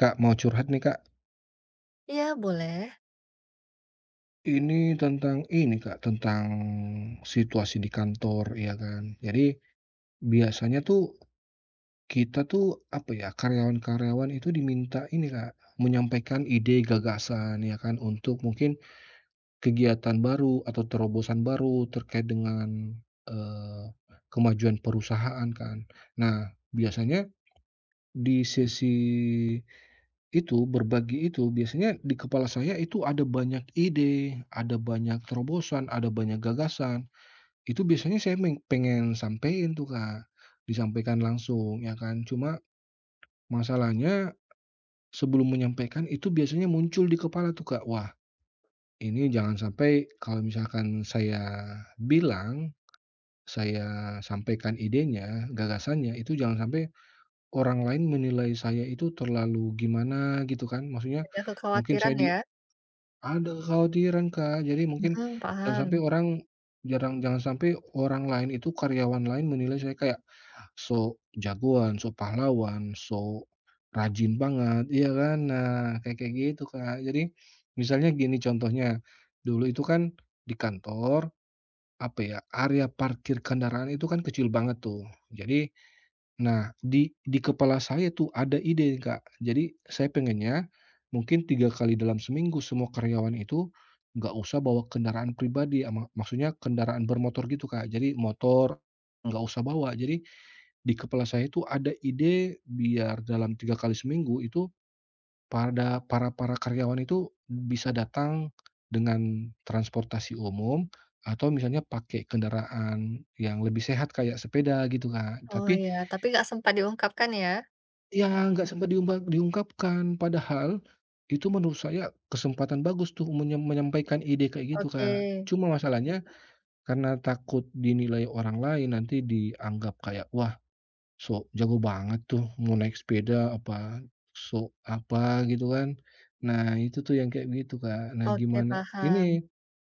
Kak, mau curhat nih, Kak. Iya boleh, Ini tentang ini, Kak, tentang situasi di kantor, ya kan. Jadi, biasanya tuh kita tuh, apa ya, karyawan-karyawan itu diminta ini, Kak, menyampaikan ide gagasan, ya kan, untuk mungkin kegiatan baru atau terobosan baru terkait dengan, eee, kemajuan perusahaan kan. Nah, biasanya di sesi itu, berbagi itu, biasanya di kepala saya itu ada banyak ide, ada banyak terobosan, ada banyak gagasan. Itu biasanya saya pengen sampein tuh, Kak, disampaikan langsung, ya kan. Cuma masalahnya sebelum menyampaikan itu biasanya muncul di kepala tuh, Kak, "Wah, ini jangan sampai kalau misalkan saya bilang, saya sampaikan idenya, gagasannya, itu jangan sampai orang lain menilai saya itu terlalu gimana," gitu kan. Maksudnya ada mungkin kekhawatiran saya di ya? Ada kekhawatiran, Kak. Jadi mungkin Mhm, jangan sampai paham. orang jangan sampai orang lain itu karyawan lain menilai saya kayak so jagoan, so pahlawan, so rajin banget, iya kan? Nah, kayak kayak gitu, Kak. Jadi misalnya gini contohnya, dulu itu kan di kantor, apa ya, area parkir kendaraan itu kan kecil banget tuh. Jadi. Nah, di kepala saya tuh ada ide, Kak. Jadi saya pengennya mungkin 3 kali dalam seminggu semua karyawan itu nggak usah bawa kendaraan pribadi, ama maksudnya kendaraan bermotor gitu, Kak. Jadi motor nggak usah bawa. Jadi di kepala saya itu ada ide biar dalam 3 kali seminggu itu para-para karyawan itu bisa datang dengan transportasi umum atau misalnya pakai kendaraan yang lebih sehat kayak sepeda gitu, Kak. Oh Tapi. ya, tapi nggak sempat diungkapkan ya? Ya, nggak sempat diungkapkan. Padahal, itu menurut saya kesempatan bagus tuh menyampaikan ide kayak gitu, Oke, Kak. Cuma masalahnya karena takut dinilai orang lain, nanti dianggap kayak, "Wah, sok jago banget tuh, mau naik sepeda apa, sok apa," gitu kan. Nah, itu tuh yang kayak gitu, Kak. Nah, oke gimana paham. ini.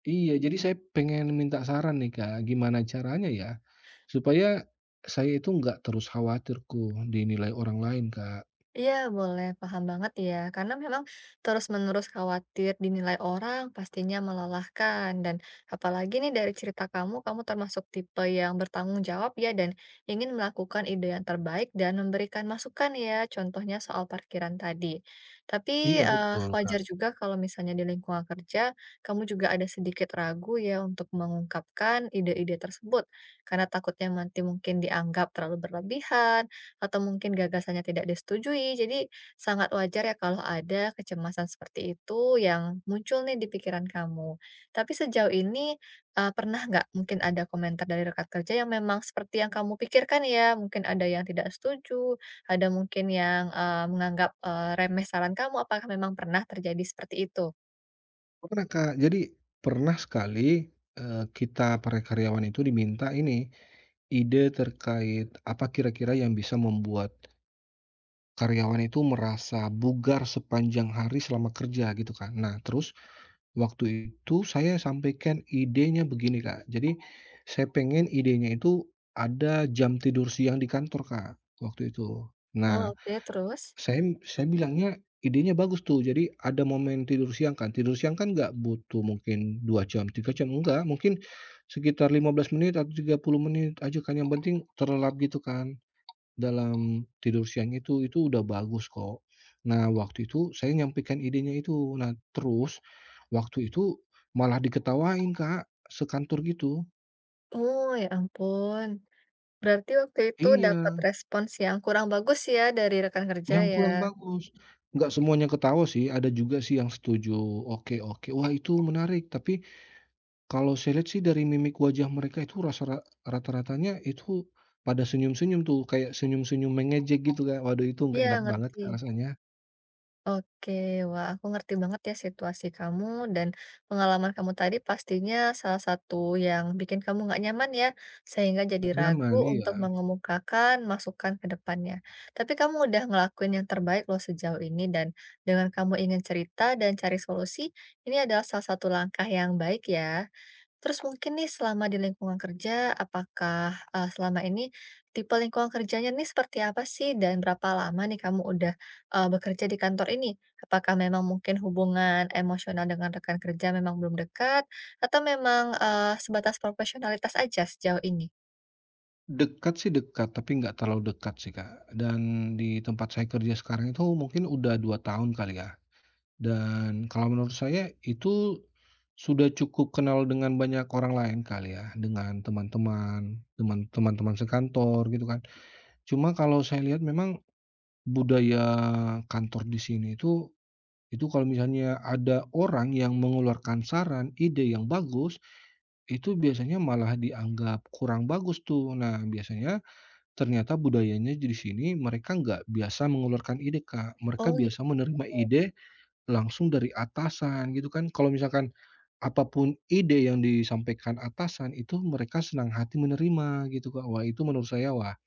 Iya, jadi saya pengen minta saran nih, Kak. Gimana caranya ya supaya saya itu nggak terus khawatirku dinilai orang lain, Kak? Iya, boleh. Paham banget ya. Karena memang terus-menerus khawatir dinilai orang pastinya melelahkan. Dan apalagi nih dari cerita kamu, kamu termasuk tipe yang bertanggung jawab ya dan ingin melakukan ide yang terbaik dan memberikan masukan ya. Contohnya soal parkiran tadi. Tapi Iya betul, wajar Kak. juga kalau misalnya di lingkungan kerja, kamu juga ada sedikit ragu ya untuk mengungkapkan ide-ide tersebut. Karena takutnya nanti mungkin dianggap terlalu berlebihan atau mungkin gagasannya tidak disetujui. Jadi sangat wajar ya kalau ada kecemasan seperti itu yang muncul nih di pikiran kamu. Tapi sejauh ini pernah nggak mungkin ada komentar dari rekan kerja yang memang seperti yang kamu pikirkan ya? Mungkin ada yang tidak setuju, ada mungkin yang, menganggap, remeh saran kamu. Apakah memang pernah terjadi seperti itu? Pernah, Kak. Jadi pernah sekali, kita para karyawan itu diminta ini, ide terkait apa kira-kira yang bisa membuat karyawan itu merasa bugar sepanjang hari selama kerja gitu kan. Nah terus waktu itu saya sampaikan idenya begini, Kak. Jadi saya pengen idenya itu ada jam tidur siang di kantor, Kak, waktu itu. Oh, Nah. oke, terus? Saya bilangnya idenya bagus tuh, jadi ada momen tidur siang kan nggak butuh mungkin 2 jam, 3 jam, enggak, mungkin sekitar 15 menit atau 30 menit aja kan, yang penting terlelap gitu kan dalam tidur siang itu udah bagus kok. Nah, waktu itu saya nyampaikan idenya itu, nah terus waktu itu malah diketawain Kak, sekantor gitu. Oh, ya ampun. Berarti waktu itu dapat Iya. respons yang kurang bagus ya dari rekan kerja Yang ya? kurang bagus. Nggak semuanya ketawa sih, ada juga sih yang setuju, "Oke oke, wah itu menarik." Tapi kalau saya lihat sih dari mimik wajah mereka itu rasa ra rata-ratanya itu pada senyum-senyum tuh, kayak senyum-senyum mengejek gitu Kak. Waduh itu nggak Iya, enak banget Kak ngerti. rasanya, Oke, wah aku ngerti banget ya situasi kamu dan pengalaman kamu tadi pastinya salah satu yang bikin kamu nggak nyaman ya, sehingga jadi nggak ragu nyaman, iya. untuk mengemukakan masukan ke depannya. Tapi kamu udah ngelakuin yang terbaik loh sejauh ini dan dengan kamu ingin cerita dan cari solusi, ini adalah salah satu langkah yang baik ya. Terus mungkin nih selama di lingkungan kerja, apakah, selama ini tipe lingkungan kerjanya nih seperti apa sih? Dan berapa lama nih kamu udah, bekerja di kantor ini? Apakah memang mungkin hubungan emosional dengan rekan kerja memang belum dekat? Atau memang, sebatas profesionalitas aja sejauh ini? Dekat sih dekat, tapi nggak terlalu dekat sih Kak. Dan di tempat saya kerja sekarang itu mungkin udah 2 tahun kali ya. Dan kalau menurut saya itu sudah cukup kenal dengan banyak orang lain kali ya, dengan teman-teman sekantor gitu kan. Cuma kalau saya lihat memang budaya kantor di sini itu kalau misalnya ada orang yang mengeluarkan saran, ide yang bagus, itu biasanya malah dianggap kurang bagus tuh. Nah, biasanya ternyata budayanya di sini mereka nggak biasa mengeluarkan ide, Kak. Mereka Oh, biasa menerima ide langsung dari atasan gitu kan, kalau misalkan apapun ide yang disampaikan atasan itu mereka senang hati menerima gitu, Kak. Wah itu menurut saya, wah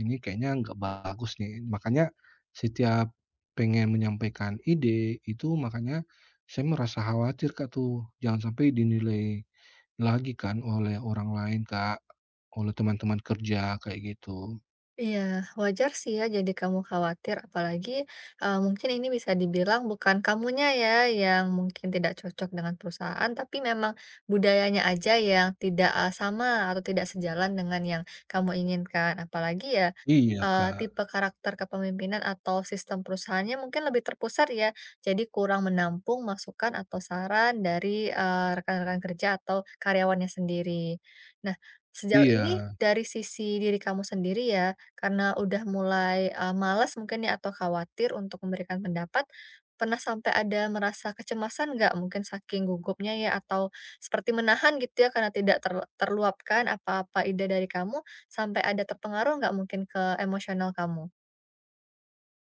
ini kayaknya nggak bagus nih. Makanya setiap pengen menyampaikan ide itu makanya saya merasa khawatir, Kak, tuh jangan sampai dinilai lagi kan oleh orang lain, Kak, oleh teman-teman kerja kayak gitu. iya, wajar sih ya jadi kamu khawatir, apalagi mungkin ini bisa dibilang bukan kamunya ya yang mungkin tidak cocok dengan perusahaan, tapi memang budayanya aja yang tidak sama atau tidak sejalan dengan yang kamu inginkan. Apalagi ya Iya, Kak. tipe karakter kepemimpinan atau sistem perusahaannya mungkin lebih terpusat ya, jadi kurang menampung masukan atau saran dari rekan-rekan kerja atau karyawannya sendiri. Nah, sejauh ini Iya. dari sisi diri kamu sendiri ya, karena udah mulai, malas mungkin ya atau khawatir untuk memberikan pendapat, pernah sampai ada merasa kecemasan nggak? Mungkin saking gugupnya ya atau seperti menahan gitu ya karena tidak terluapkan apa-apa ide dari kamu, sampai ada terpengaruh nggak mungkin ke emosional kamu?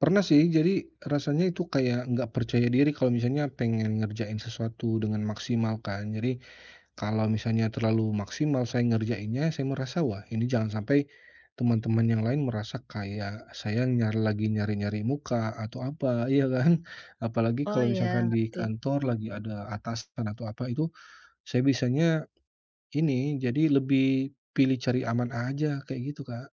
Pernah sih, jadi rasanya itu kayak nggak percaya diri kalau misalnya pengen ngerjain sesuatu dengan maksimal kan. Jadi kalau misalnya terlalu maksimal saya ngerjainnya, saya merasa, "Wah, ini jangan sampai teman-teman yang lain merasa kayak saya nyari-nyari muka atau apa," iya kan? Apalagi Oh kalau ya, misalkan di ngerti. kantor lagi ada atasan atau apa itu, saya biasanya ini, jadi lebih pilih cari aman aja kayak gitu, Kak.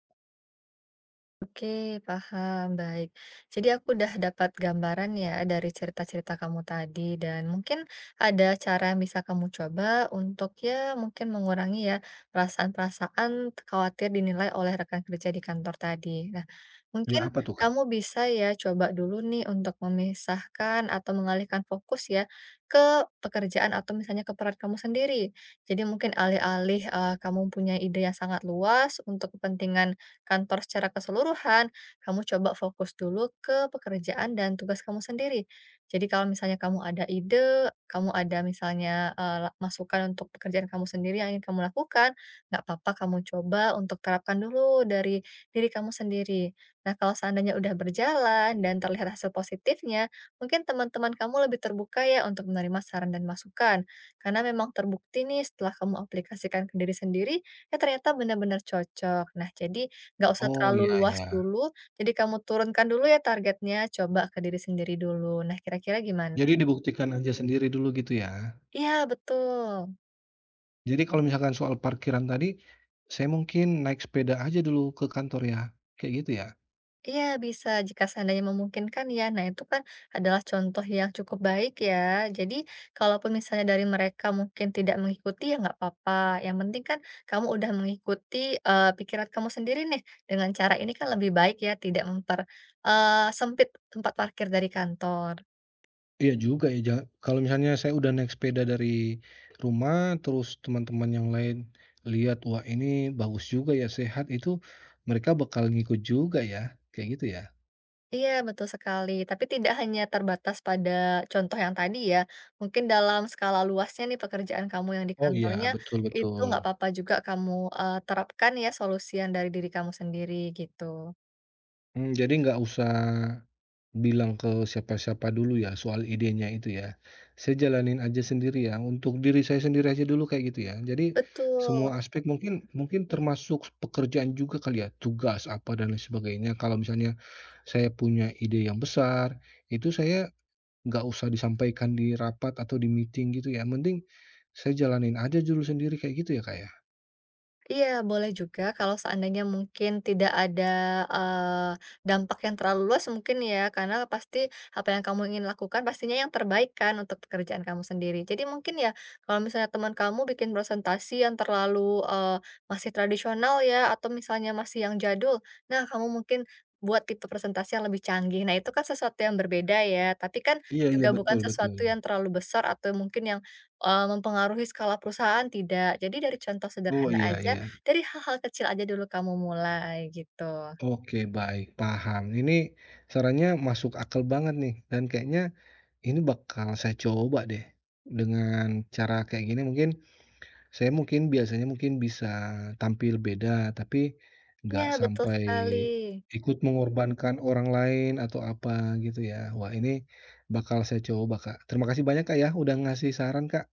Oke, paham, baik. Jadi aku udah dapat gambaran ya dari cerita-cerita kamu tadi dan mungkin ada cara yang bisa kamu coba untuk ya mungkin mengurangi ya perasaan-perasaan khawatir dinilai oleh rekan kerja di kantor tadi. Nah, Ya, mungkin apa tuh, Kak? kamu bisa ya coba dulu nih untuk memisahkan atau mengalihkan fokus ya ke pekerjaan atau misalnya ke peran kamu sendiri. Jadi mungkin alih-alih kamu punya ide yang sangat luas untuk kepentingan kantor secara keseluruhan, kamu coba fokus dulu ke pekerjaan dan tugas kamu sendiri. Jadi kalau misalnya kamu ada ide, kamu ada misalnya, eee, la masukan untuk pekerjaan kamu sendiri yang ingin kamu lakukan, nggak apa-apa kamu coba untuk terapkan dulu dari diri kamu sendiri. Nah, kalau seandainya udah berjalan dan terlihat hasil positifnya, mungkin teman-teman kamu lebih terbuka ya untuk menerima saran dan masukan. Karena memang terbukti nih setelah kamu aplikasikan ke diri sendiri, ya ternyata benar-benar cocok. Nah, jadi nggak usah Oh, terlalu iya luas iya. dulu, jadi kamu turunkan dulu ya targetnya, coba ke diri sendiri dulu. Nah, kira-kira gimana? Jadi dibuktikan aja sendiri dulu gitu ya. Iya, betul. Jadi kalau misalkan soal parkiran tadi, saya mungkin naik sepeda aja dulu ke kantor ya, kayak gitu ya? Iya, bisa jika seandainya memungkinkan ya. Nah, itu kan adalah contoh yang cukup baik ya. Jadi, kalaupun misalnya dari mereka mungkin tidak mengikuti, ya nggak apa-apa. Yang penting kan kamu udah mengikuti pikiran kamu sendiri nih. Dengan cara ini kan lebih baik ya, tidak sempit tempat parkir dari kantor. Iya juga ya, ja kalau misalnya saya udah naik sepeda dari rumah, terus teman-teman yang lain lihat, "Wah ini bagus juga ya, sehat," itu mereka bakal ngikut juga ya, kayak gitu ya? Iya, betul sekali. Tapi tidak hanya terbatas pada contoh yang tadi ya, mungkin dalam skala luasnya nih pekerjaan kamu yang di Oh iya, kantornya, betul itu betul. nggak apa-apa juga kamu, terapkan ya solusi yang dari diri kamu sendiri, gitu. Mmm, jadi nggak usah bilang ke siapa-siapa dulu ya soal idenya itu ya. Saya jalanin aja sendiri ya, untuk diri saya sendiri aja dulu kayak gitu ya. Jadi Betul. semua aspek mungkin mungkin termasuk pekerjaan juga kali ya, tugas apa dan lain sebagainya. Kalau misalnya saya punya ide yang besar, itu saya nggak usah disampaikan di rapat atau di meeting gitu ya, mending saya jalanin aja dulu sendiri kayak gitu ya, Kak, ya? Iya, boleh juga kalau seandainya mungkin tidak ada, eee, dampak yang terlalu luas mungkin ya, karena pasti apa yang kamu ingin lakukan pastinya yang terbaik kan untuk pekerjaan kamu sendiri. Jadi mungkin ya kalau misalnya teman kamu bikin presentasi yang terlalu, masih tradisional ya atau misalnya masih yang jadul, nah kamu mungkin buat tipe presentasi yang lebih canggih. Nah itu kan sesuatu yang berbeda ya, tapi kan Iya iya juga bukan betul. Betul sesuatu betul. yang terlalu besar atau mungkin yang, mempengaruhi skala perusahaan, tidak. Jadi dari contoh Oh, sederhana iya aja iya. dari hal-hal kecil aja dulu kamu mulai gitu. Oke, baik, paham. Ini sarannya masuk akal banget nih, dan kayaknya ini bakal saya coba deh. Dengan cara kayak gini mungkin saya mungkin biasanya mungkin bisa tampil beda, tapi Iya nggak betul sampai sekali. ikut mengorbankan orang lain atau apa gitu ya. Wah, ini bakal saya coba, Kak. Terima kasih banyak, Kak, ya udah ngasih saran, Kak.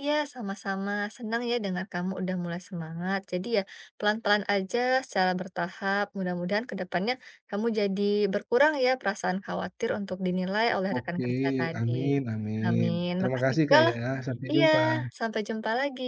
Iya sama-sama, senang ya dengar kamu udah mulai semangat. Jadi ya pelan-pelan aja secara bertahap, mudah-mudahan ke depannya kamu jadi berkurang ya perasaan khawatir untuk dinilai oleh rekan Oke, kerja tadi. amin amin. Amin, Terima makasih kasih, juga Kak, loh. ya. Sampai Iya, jumpa. sampai jumpa lagi.